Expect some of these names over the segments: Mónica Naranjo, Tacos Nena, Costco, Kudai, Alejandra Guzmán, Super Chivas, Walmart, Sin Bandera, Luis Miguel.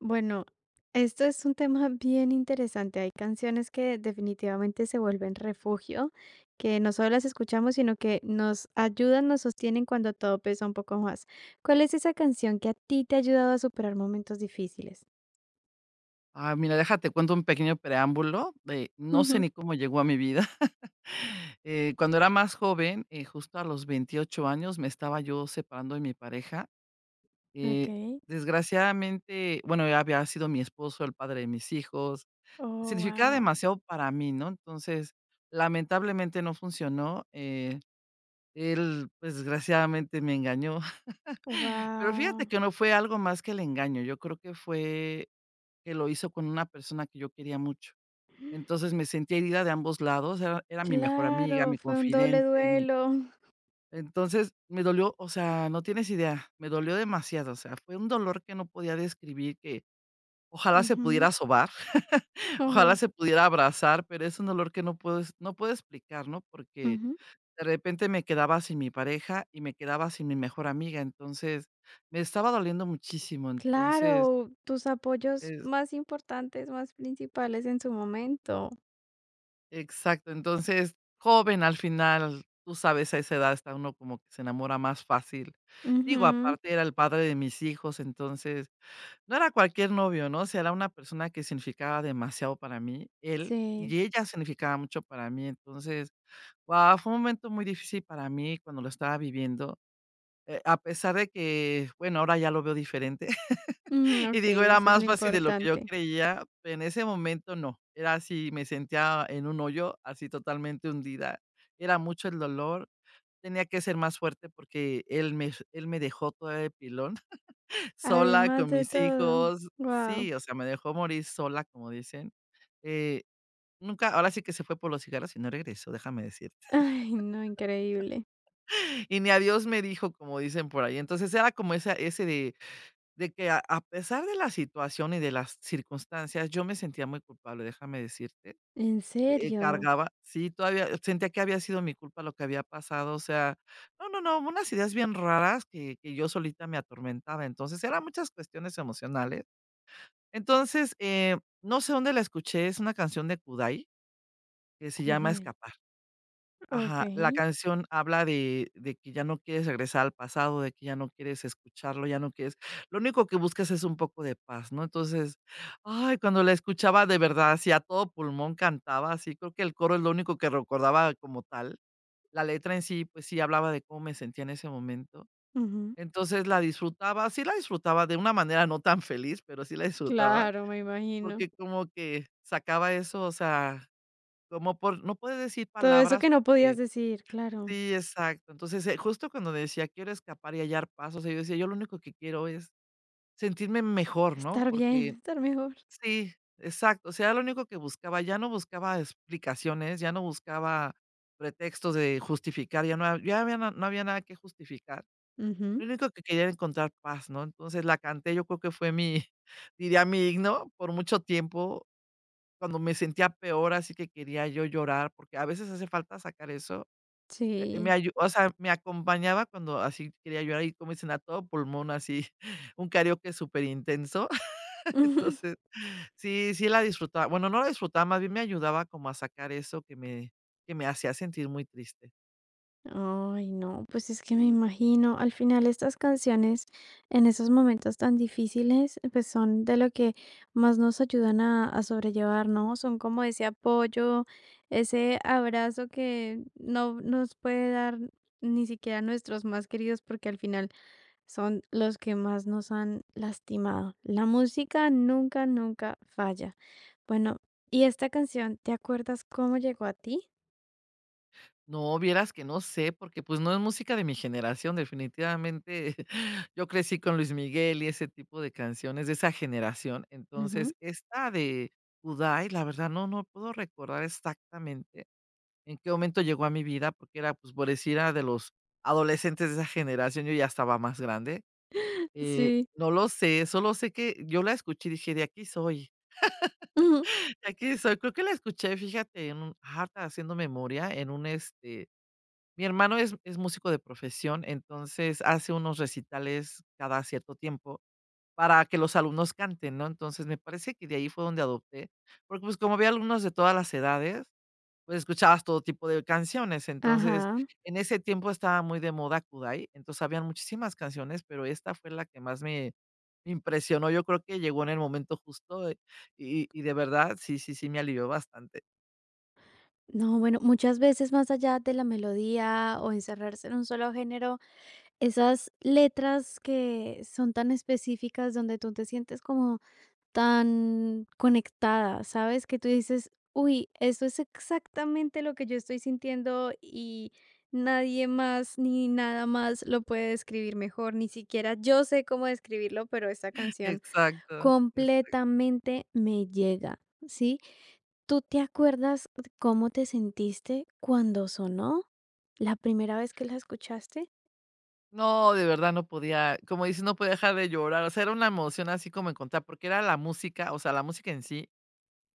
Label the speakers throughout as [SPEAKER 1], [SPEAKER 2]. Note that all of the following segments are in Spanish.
[SPEAKER 1] Bueno, esto es un tema bien interesante. Hay canciones que definitivamente se vuelven refugio, que no solo las escuchamos, sino que nos ayudan, nos sostienen cuando todo pesa un poco más. ¿Cuál es esa canción que a ti te ha ayudado a superar momentos difíciles?
[SPEAKER 2] Ah, mira, déjate cuento un pequeño preámbulo de no sé
[SPEAKER 1] Ujú.
[SPEAKER 2] ni cómo llegó a mi vida. Cuando era más joven, justo a los 28 años, me estaba yo separando de mi pareja.
[SPEAKER 1] Ok.
[SPEAKER 2] Eh, Desgraciadamente, bueno, ya había sido mi esposo, el padre de mis hijos.
[SPEAKER 1] Oh,
[SPEAKER 2] Significaba
[SPEAKER 1] wow.
[SPEAKER 2] demasiado para mí, ¿no? Entonces, lamentablemente no funcionó. Él, pues desgraciadamente me engañó. Pero fíjate
[SPEAKER 1] Wow.
[SPEAKER 2] que no fue algo más que el engaño. Yo creo que fue que lo hizo con una persona que yo quería mucho. Entonces, me sentía herida de ambos lados, era mi mejor amiga,
[SPEAKER 1] Claro,
[SPEAKER 2] mi
[SPEAKER 1] fue un doble
[SPEAKER 2] confidente, mi
[SPEAKER 1] duelo.
[SPEAKER 2] entonces, me dolió, o sea, no tienes idea, me dolió demasiado, o sea, fue un dolor que no podía describir, que ojalá se
[SPEAKER 1] Ujú.
[SPEAKER 2] pudiera sobar, ojalá
[SPEAKER 1] Oh,
[SPEAKER 2] se pudiera abrazar, pero es un dolor que no puedo explicar, ¿no? Porque
[SPEAKER 1] ujú.
[SPEAKER 2] de repente me quedaba sin mi pareja y me quedaba sin mi mejor amiga, entonces, me estaba doliendo muchísimo, entonces,
[SPEAKER 1] Claro, tus apoyos más importantes, más principales en su momento.
[SPEAKER 2] exacto, entonces, joven al final, tú sabes, a esa edad está uno como que se enamora más fácil. Digo,
[SPEAKER 1] Ujú,
[SPEAKER 2] aparte era el padre de mis hijos, entonces, no era cualquier novio, ¿no? O sea, era una persona que significaba demasiado para mí, él,
[SPEAKER 1] sí.
[SPEAKER 2] y ella significaba mucho para mí. Entonces, guau, fue un momento muy difícil para mí cuando lo estaba viviendo, a pesar de que, bueno, ahora ya lo veo diferente.
[SPEAKER 1] Mm,
[SPEAKER 2] Y digo,
[SPEAKER 1] okey,
[SPEAKER 2] era
[SPEAKER 1] eso es
[SPEAKER 2] más
[SPEAKER 1] lo
[SPEAKER 2] fácil de lo que yo
[SPEAKER 1] importante.
[SPEAKER 2] creía, en ese momento no, era así, me sentía en un hoyo, así totalmente hundida, era mucho el dolor, tenía que ser más fuerte porque él me dejó toda de pilón, sola
[SPEAKER 1] Además
[SPEAKER 2] con
[SPEAKER 1] de
[SPEAKER 2] mis
[SPEAKER 1] todo,
[SPEAKER 2] hijos,
[SPEAKER 1] wow.
[SPEAKER 2] sí, o sea, me dejó morir sola, como dicen, eh, nunca ahora sí que se fue por los cigarros y no regresó, déjame decirte,
[SPEAKER 1] Ay, no, increíble.
[SPEAKER 2] y ni adiós me dijo, como dicen por ahí, entonces era como esa ese de que a pesar de la situación y de las circunstancias, yo me sentía muy culpable, déjame decirte.
[SPEAKER 1] ¿En serio?
[SPEAKER 2] Cargaba sí, todavía sentía que había sido mi culpa lo que había pasado, o sea, no, no, no, unas ideas bien raras que yo solita me atormentaba. Entonces, eran muchas cuestiones emocionales. Entonces, no sé dónde la escuché, es una canción de Kudai que se llama
[SPEAKER 1] Kudai.
[SPEAKER 2] Escapar. Ajá, la
[SPEAKER 1] Okey.
[SPEAKER 2] canción habla de que ya no quieres regresar al pasado, de que ya no quieres escucharlo, ya no quieres lo único que buscas es un poco de paz, ¿no? Entonces, ay, cuando la escuchaba de verdad, así a todo pulmón cantaba, así creo que el coro es lo único que recordaba como tal. La letra en sí, pues sí, hablaba de cómo me sentía en ese momento.
[SPEAKER 1] Ujú.
[SPEAKER 2] Entonces, la disfrutaba, sí la disfrutaba de una manera no tan feliz, pero sí la disfrutaba,
[SPEAKER 1] Claro, me imagino.
[SPEAKER 2] porque como que sacaba eso, o sea, como por no puedes decir
[SPEAKER 1] Todo eso
[SPEAKER 2] palabras
[SPEAKER 1] que no
[SPEAKER 2] porque
[SPEAKER 1] podías decir, claro.
[SPEAKER 2] sí, exacto. Entonces, justo cuando decía: "Quiero escapar y hallar paz", o sea, yo decía: "Yo lo único que quiero es sentirme mejor", ¿no?
[SPEAKER 1] Estar bien,
[SPEAKER 2] Porque
[SPEAKER 1] estar mejor.
[SPEAKER 2] sí, exacto, o sea, lo único que buscaba, ya no buscaba explicaciones, ya no buscaba pretextos de justificar, ya había no había nada que justificar.
[SPEAKER 1] Ujú,
[SPEAKER 2] Lo único que quería era encontrar paz, ¿no? Entonces, la canté, yo creo que fue mi diría mi himno por mucho tiempo, cuando me sentía peor, así que quería yo llorar, porque a veces hace falta sacar eso. Me
[SPEAKER 1] sí.
[SPEAKER 2] ayu o sea, me acompañaba cuando así quería llorar y como dicen, a todo pulmón, así, un karaoke superintenso. Entonces, sí, sí la disfrutaba. Bueno, no la disfrutaba, más bien me ayudaba como a sacar eso que me hacía sentir muy triste.
[SPEAKER 1] Ay, no, pues es que me imagino, al final estas canciones en esos momentos tan difíciles, pues son de lo que más nos ayudan a sobrellevar, ¿no? Son como ese apoyo, ese abrazo que no nos puede dar ni siquiera nuestros más queridos, porque al final son los que más nos han lastimado. La música nunca, nunca falla. Bueno, ¿y esta canción, te acuerdas cómo llegó a ti?
[SPEAKER 2] No, vieras que no sé, porque, pues, no es música de mi generación, definitivamente yo crecí con Luis Miguel y ese tipo de canciones de esa generación.
[SPEAKER 1] Ujú.
[SPEAKER 2] Entonces, esta de Kudai, la verdad no puedo recordar exactamente. ¿En qué momento llegó a mi vida? Porque era, pues, por decir, era de los adolescentes de esa generación, yo ya estaba más grande.
[SPEAKER 1] Sí.
[SPEAKER 2] No lo sé, solo sé que yo la escuché y dije: "De aquí soy, de aquí soy". Creo que la escuché, fíjate, en un ahorita haciendo memoria, en un, este mi hermano es músico de profesión, entonces hace unos recitales cada cierto tiempo para que los alumnos canten, ¿no? Entonces, me parece que de ahí fue donde adopté, porque, pues, como había alumnos de todas las edades pues, escuchabas todo tipo de canciones. Entonces,
[SPEAKER 1] Ajá.
[SPEAKER 2] en ese tiempo estaba muy de moda Kudai, entonces, habían muchísimas canciones, pero esta fue la que más me impresionó. Yo creo que llegó en el momento justo, y de verdad, sí, sí, sí, me alivió bastante.
[SPEAKER 1] No, bueno, muchas veces más allá de la melodía o encerrarse en un solo género, esas letras que son tan específicas donde tú te sientes como tan conectada, ¿sabes? Que tú dices: "Uy, esto es exactamente lo que yo estoy sintiendo y nadie más ni nada más lo puede describir mejor, ni siquiera yo sé cómo describirlo, pero esta canción
[SPEAKER 2] Exacto, exacto.
[SPEAKER 1] completamente me llega". ¿Sí? ¿Tú te acuerdas d cómo te sentiste cuando sonó? ¿La primera vez que la escuchaste?
[SPEAKER 2] No, de verdad no podía, como dices, no podía dejar de llorar. O sea, era una emoción así como encontrar, porque era la música, o sea, la música en sí.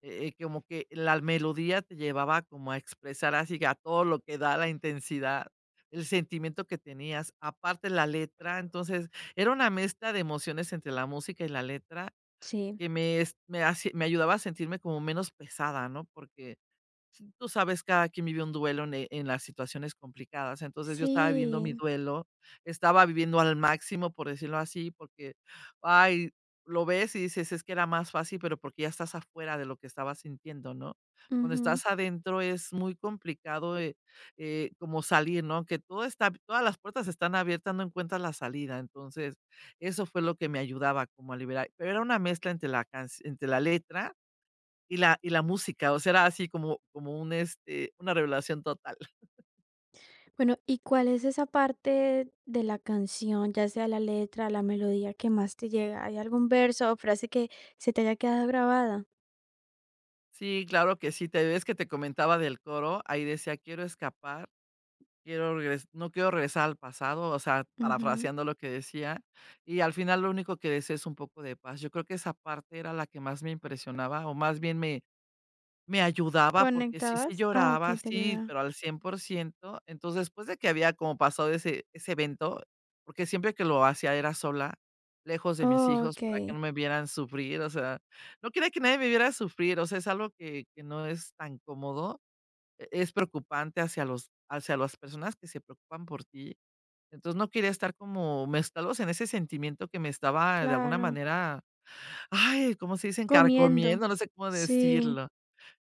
[SPEAKER 2] Como que la melodía te llevaba como a expresar así que a todo lo que da la intensidad, el sentimiento que tenías, aparte la letra, entonces era una mezcla de emociones entre la música y la letra
[SPEAKER 1] Sí.
[SPEAKER 2] que me, es- me, hace- me ayudaba a sentirme como menos pesada, ¿no? Porque tú sabes, cada quien vive un duelo en las situaciones complicadas. Entonces, yo estaba viviendo mi
[SPEAKER 1] Sí,
[SPEAKER 2] duelo, estaba viviendo al máximo, por decirlo así, porque, ay, lo ves y dices, es que era más fácil, pero porque ya estás afuera de lo que estabas sintiendo, ¿no? Cuando
[SPEAKER 1] ujú.
[SPEAKER 2] estás adentro es muy complicado como salir, ¿no? Que todo está, todas las puertas están abiertas, no encuentras la salida. Entonces, eso fue lo que me ayudaba como a liberar. Pero era una mezcla entre la, entre la letra y la música, o sea, era así como como un, este, una revelación total.
[SPEAKER 1] Bueno, ¿y cuál es esa parte de la canción, ya sea la letra, la melodía que más te llega? ¿Hay algún verso o frase que se te haya quedado grabada?
[SPEAKER 2] Sí, claro que sí, te ves que te comentaba del coro, ahí decía: "Quiero escapar, quiero regres no quiero regresar al pasado", o sea,
[SPEAKER 1] Ujú.
[SPEAKER 2] parafraseando lo que decía, y al final lo único que deseo es un poco de paz. Yo creo que esa parte era la que más me impresionaba, o más bien me me ayudaba porque sí, sí
[SPEAKER 1] ¿Conectabas? Ah,
[SPEAKER 2] lloraba,
[SPEAKER 1] okey, te
[SPEAKER 2] sí,
[SPEAKER 1] ayudaba.
[SPEAKER 2] pero al 100%. Entonces, después de que había como pasado ese evento, porque siempre que lo hacía era sola, lejos de mis hijos, para
[SPEAKER 1] Okey,
[SPEAKER 2] que no me vieran sufrir, o sea, no quería que nadie me viera sufrir, o sea, es algo que no es tan cómodo, es preocupante hacia los hacia las personas que se preocupan por ti. Entonces, no quería estar como mezclados en ese sentimiento que me estaba, de alguna
[SPEAKER 1] claro.
[SPEAKER 2] manera, ay, ¿cómo se dicen?
[SPEAKER 1] Comiendo.
[SPEAKER 2] Carcomiendo, no sé cómo
[SPEAKER 1] Sí.
[SPEAKER 2] decirlo.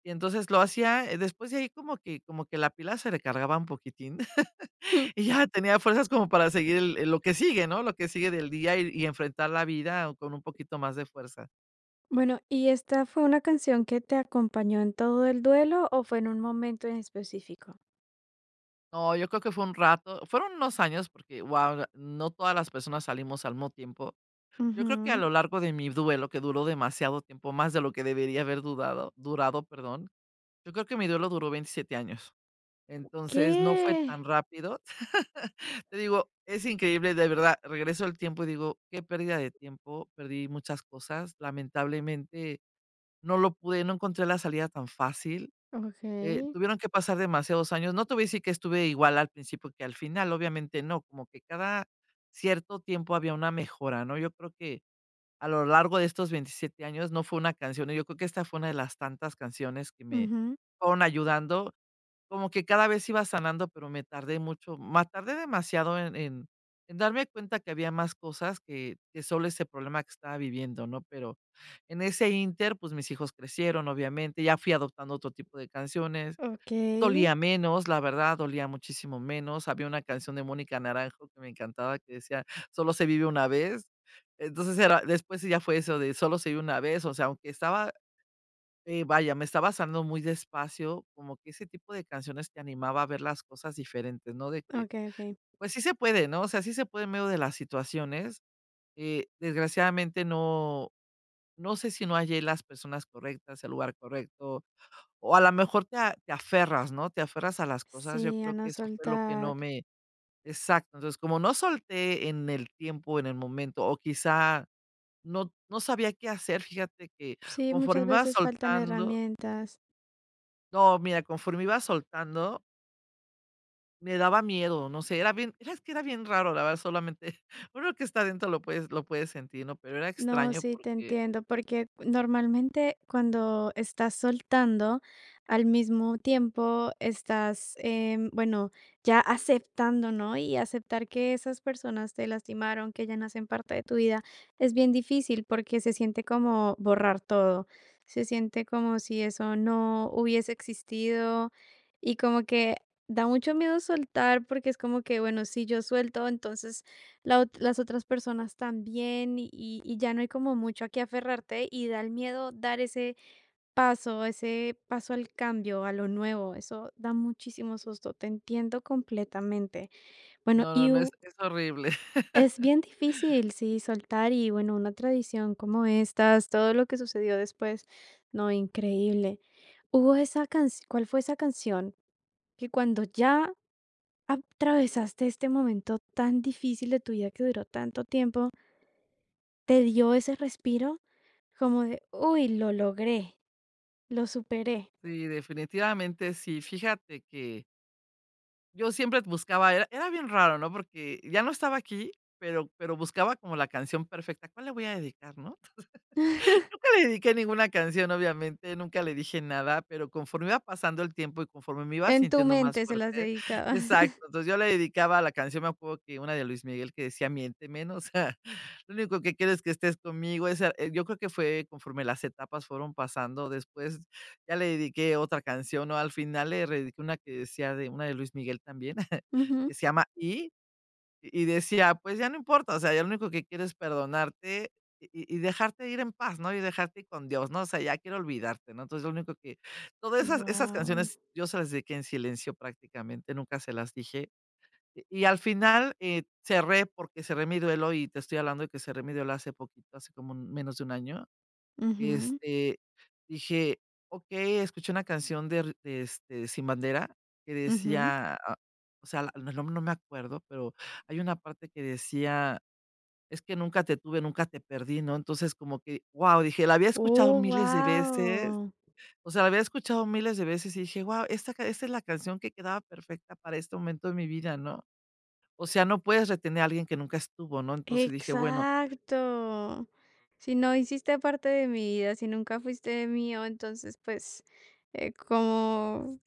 [SPEAKER 2] Y entonces lo hacía, después de ahí como que la pila se recargaba un poquitín y ya tenía fuerzas como para seguir el lo que sigue, ¿no? Lo que sigue del día y enfrentar la vida con un poquito más de fuerza.
[SPEAKER 1] Bueno, ¿y esta fue una canción que te acompañó en todo el duelo o fue en un momento en específico?
[SPEAKER 2] No, yo creo que fue un rato, fueron unos años porque, guau, no todas las personas salimos al mismo tiempo. Yo creo que a
[SPEAKER 1] Ujú.
[SPEAKER 2] lo largo de mi duelo, que duró demasiado tiempo, más de lo que debería haber dudado durado, perdón, yo creo que mi duelo duró 27 años. Entonces, no fue
[SPEAKER 1] ¿Qué?
[SPEAKER 2] tan rápido. Te digo, es increíble, de verdad, regreso al tiempo y digo, qué pérdida de tiempo, perdí muchas cosas, lamentablemente no lo pude, no encontré la salida tan fácil,
[SPEAKER 1] Okey.
[SPEAKER 2] tuvieron que pasar demasiados años, no te voy a decir que estuve igual al principio que al final, obviamente no, como que cada cierto tiempo había una mejora, ¿no? Yo creo que a lo largo de estos 27 años no fue una canción, y yo creo que esta fue una de las tantas canciones que me
[SPEAKER 1] Ujú.
[SPEAKER 2] fueron ayudando como que cada vez iba sanando, pero me tardé mucho, ma tardé demasiado en en darme cuenta que había más cosas que solo ese problema que estaba viviendo, ¿no? Pero en ese ínter, pues, mis hijos crecieron, obviamente, ya fui adoptando otro tipo de canciones,
[SPEAKER 1] Okey,
[SPEAKER 2] dolía menos, la verdad, dolía muchísimo menos. Había una canción de Mónica Naranjo que me encantaba, que decía: "Solo se vive una vez". Entonces era después sí ya fue eso de: "Solo se vive una vez", o sea, aunque estaba vaya, me estaba sanando muy despacio, como que ese tipo de canciones te animaba a ver las cosas diferentes, ¿no? De que,
[SPEAKER 1] okey, okey.
[SPEAKER 2] pues sí se puede, ¿no? O sea, sí se puede en medio de las situaciones. Desgraciadamente no, no sé si no hallé las personas correctas, el lugar correcto, o a lo mejor te aferras, ¿no? Te aferras a las cosas. Yo
[SPEAKER 1] Sí, a
[SPEAKER 2] creo que
[SPEAKER 1] no
[SPEAKER 2] eso fue lo que no
[SPEAKER 1] soltar.
[SPEAKER 2] me... Exacto. Entonces, como no solté en el tiempo, en el momento, o quizá no sabía qué hacer, fíjate que
[SPEAKER 1] Sí,
[SPEAKER 2] conforme
[SPEAKER 1] muchas
[SPEAKER 2] iba
[SPEAKER 1] veces faltan
[SPEAKER 2] soltando.
[SPEAKER 1] herramientas.
[SPEAKER 2] No, mira, conforme iba soltando, me daba miedo, no sé, era bien era es que era bien raro, la verdad, solamente uno que está dentro lo puede sentir, ¿no? Pero era
[SPEAKER 1] No,
[SPEAKER 2] extraño
[SPEAKER 1] sí, te
[SPEAKER 2] porque
[SPEAKER 1] entiendo, porque normalmente cuando estás soltando, al mismo tiempo estás, bueno, ya aceptando, ¿no? Y aceptar que esas personas te lastimaron, que ya no hacen parte de tu vida, es bien difícil porque se siente como borrar todo, se siente como si eso no hubiese existido y como que da mucho miedo soltar porque es como que, bueno, si yo suelto, entonces la ot las otras personas también, y ya no hay como mucho a qué aferrarte, y da el miedo dar ese paso al cambio, a lo nuevo, eso da muchísimo susto, te entiendo completamente. Bueno,
[SPEAKER 2] no, no,
[SPEAKER 1] y
[SPEAKER 2] no, es
[SPEAKER 1] u
[SPEAKER 2] es horrible.
[SPEAKER 1] es bien difícil, sí, soltar y, bueno, una tradición como estas, todo lo que sucedió después, no, increíble. Hubo esa canción, ¿cuál fue esa canción que cuando ya atravesaste este momento tan difícil de tu vida que duró tanto tiempo, te dio ese respiro como de: "Uy, lo logré, lo superé"?
[SPEAKER 2] Sí, definitivamente sí. Fíjate que yo siempre buscaba era bien raro, ¿no? Porque ya no estaba aquí, pero buscaba como la canción perfecta. ¿Cuál le voy a dedicar, no? Nunca le dediqué ninguna canción, obviamente, nunca le dije nada, pero conforme iba pasando el tiempo y conforme me iba
[SPEAKER 1] En tu
[SPEAKER 2] sintiendo más
[SPEAKER 1] mente se las
[SPEAKER 2] fuerte,
[SPEAKER 1] dedicabas.
[SPEAKER 2] exacto, entonces yo le dedicaba a la canción. Me acuerdo que una de Luis Miguel que decía: "Miénteme", ¿no? O sea, lo único que quiero es que estés conmigo, esa yo creo que fue conforme las etapas fueron pasando, después ya le dediqué otra canción, ¿no? Al final le dediqué una que decía de una de Luis Miguel también, que se llama Y, y decía: "Pues ya no importa, o sea, ya lo único que quiero es perdonarte y dejarte ir en paz, ¿no? Y dejarte ir con Dios, ¿no? O sea, ya quiero olvidarte", ¿no? Entonces, lo único que todas esas
[SPEAKER 1] Wow.
[SPEAKER 2] canciones yo se las dediqué en silencio prácticamente, nunca se las dije. Y al final, cerré, porque cerré mi duelo, y te estoy hablando de que cerré mi duelo hace poquito, hace como menos de un año. Este, dije: "Okey", escuché una canción de Sin Bandera que decía, ah, o sea, el nombre no me acuerdo, pero hay una parte que decía: "Es que nunca te tuve, nunca te perdí", ¿no? Entonces, como que, wow, dije, la había escuchado
[SPEAKER 1] Oh,
[SPEAKER 2] miles de veces,
[SPEAKER 1] wow.
[SPEAKER 2] o sea, la había escuchado miles de veces y dije: "Wow, esta es la canción que quedaba perfecta para este momento de mi vida", ¿no? O sea, no puedes retener a alguien que nunca estuvo, ¿no? Entonces dije: "Bueno,
[SPEAKER 1] Exacto. Si no hiciste parte de mi vida, si nunca fuiste mío, entonces pues, como,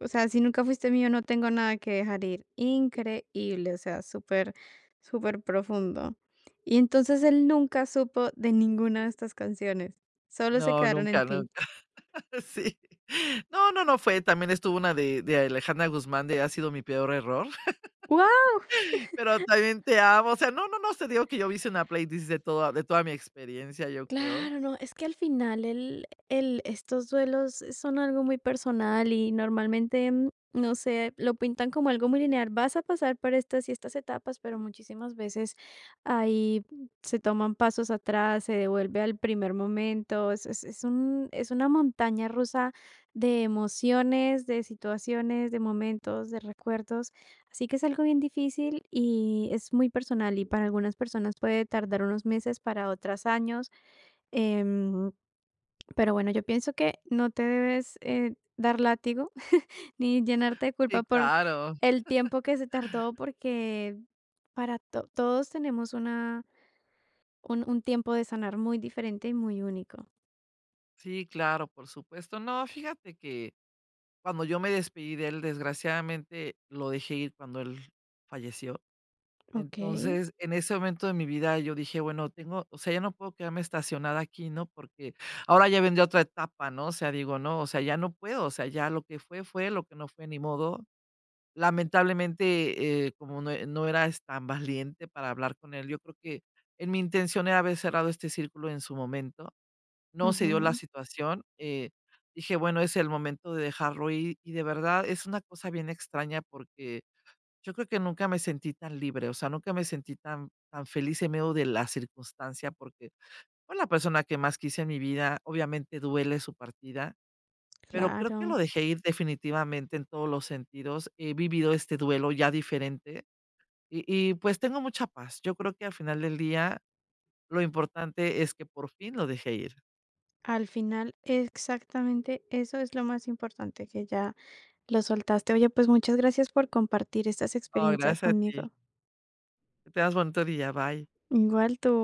[SPEAKER 1] o sea, si nunca fuiste mío, no tengo nada que dejar ir. Increíble, o sea, súper, súper profundo. Y entonces él nunca supo de ninguna de estas canciones. Solo se
[SPEAKER 2] no,
[SPEAKER 1] quedaron en
[SPEAKER 2] nunca, no".
[SPEAKER 1] ti.
[SPEAKER 2] Sí. No, no, no fue, también estuvo una de Alejandra Guzmán, de Ha sido mi peor error, pero también Te amo. O sea, no, no, no, te digo que yo hice una playlist de toda mi experiencia, yo creo.
[SPEAKER 1] Claro, no, es que al final el estos duelos son algo muy personal y normalmente, mm, no sé, lo pintan como algo muy lineal. Vas a pasar por estas y estas etapas, pero muchísimas veces ahí se toman pasos atrás, se devuelve al primer momento. Es un es una montaña rusa de emociones, de situaciones, de momentos, de recuerdos. Así que es algo bien difícil y es muy personal y para algunas personas puede tardar unos meses, para otras años. Em, pero bueno, yo pienso que no te debes, dar látigo ni llenarte de
[SPEAKER 2] Sí,
[SPEAKER 1] culpa por
[SPEAKER 2] claro.
[SPEAKER 1] el tiempo que se tardó, porque para todos tenemos un tiempo de sanar muy diferente y muy único.
[SPEAKER 2] Sí, claro, por supuesto. No, fíjate que cuando yo me despedí de él, desgraciadamente, lo dejé ir cuando él falleció.
[SPEAKER 1] Ok,
[SPEAKER 2] Entonces, en ese momento de mi vida, yo dije: "Bueno, tengo o sea, ya no puedo quedarme estacionada aquí, ¿no?". Porque ahora ya vendría otra etapa, ¿no? O sea, digo, no, o sea, ya no puedo, o sea, ya lo que fue, fue, lo que no fue, ni modo. Lamentablemente, como no eras tan valiente para hablar con él, yo creo que en mi intención era haber cerrado este círculo en su momento. No se dio la
[SPEAKER 1] ujú,
[SPEAKER 2] situación, dije: "Bueno, es el momento de dejarlo ir", y de verdad es una cosa bien extraña porque yo creo que nunca me sentí tan libre, o sea, nunca me sentí tan feliz en medio de la circunstancia, porque fue la persona que más quise en mi vida, obviamente duele su partida, pero creo que lo
[SPEAKER 1] claro.
[SPEAKER 2] dejé ir definitivamente en todos los sentidos. He vivido este duelo ya diferente y y, pues, tengo mucha paz. Yo creo que al final del día lo importante es que por fin lo dejé ir.
[SPEAKER 1] Al final, exactamente eso es lo más importante, que ya lo soltaste. Oye, pues muchas gracias por compartir estas
[SPEAKER 2] Oh,
[SPEAKER 1] experiencias
[SPEAKER 2] gracias a ti.
[SPEAKER 1] conmigo.
[SPEAKER 2] Que tengas bonito día. Bye.
[SPEAKER 1] Igual tú.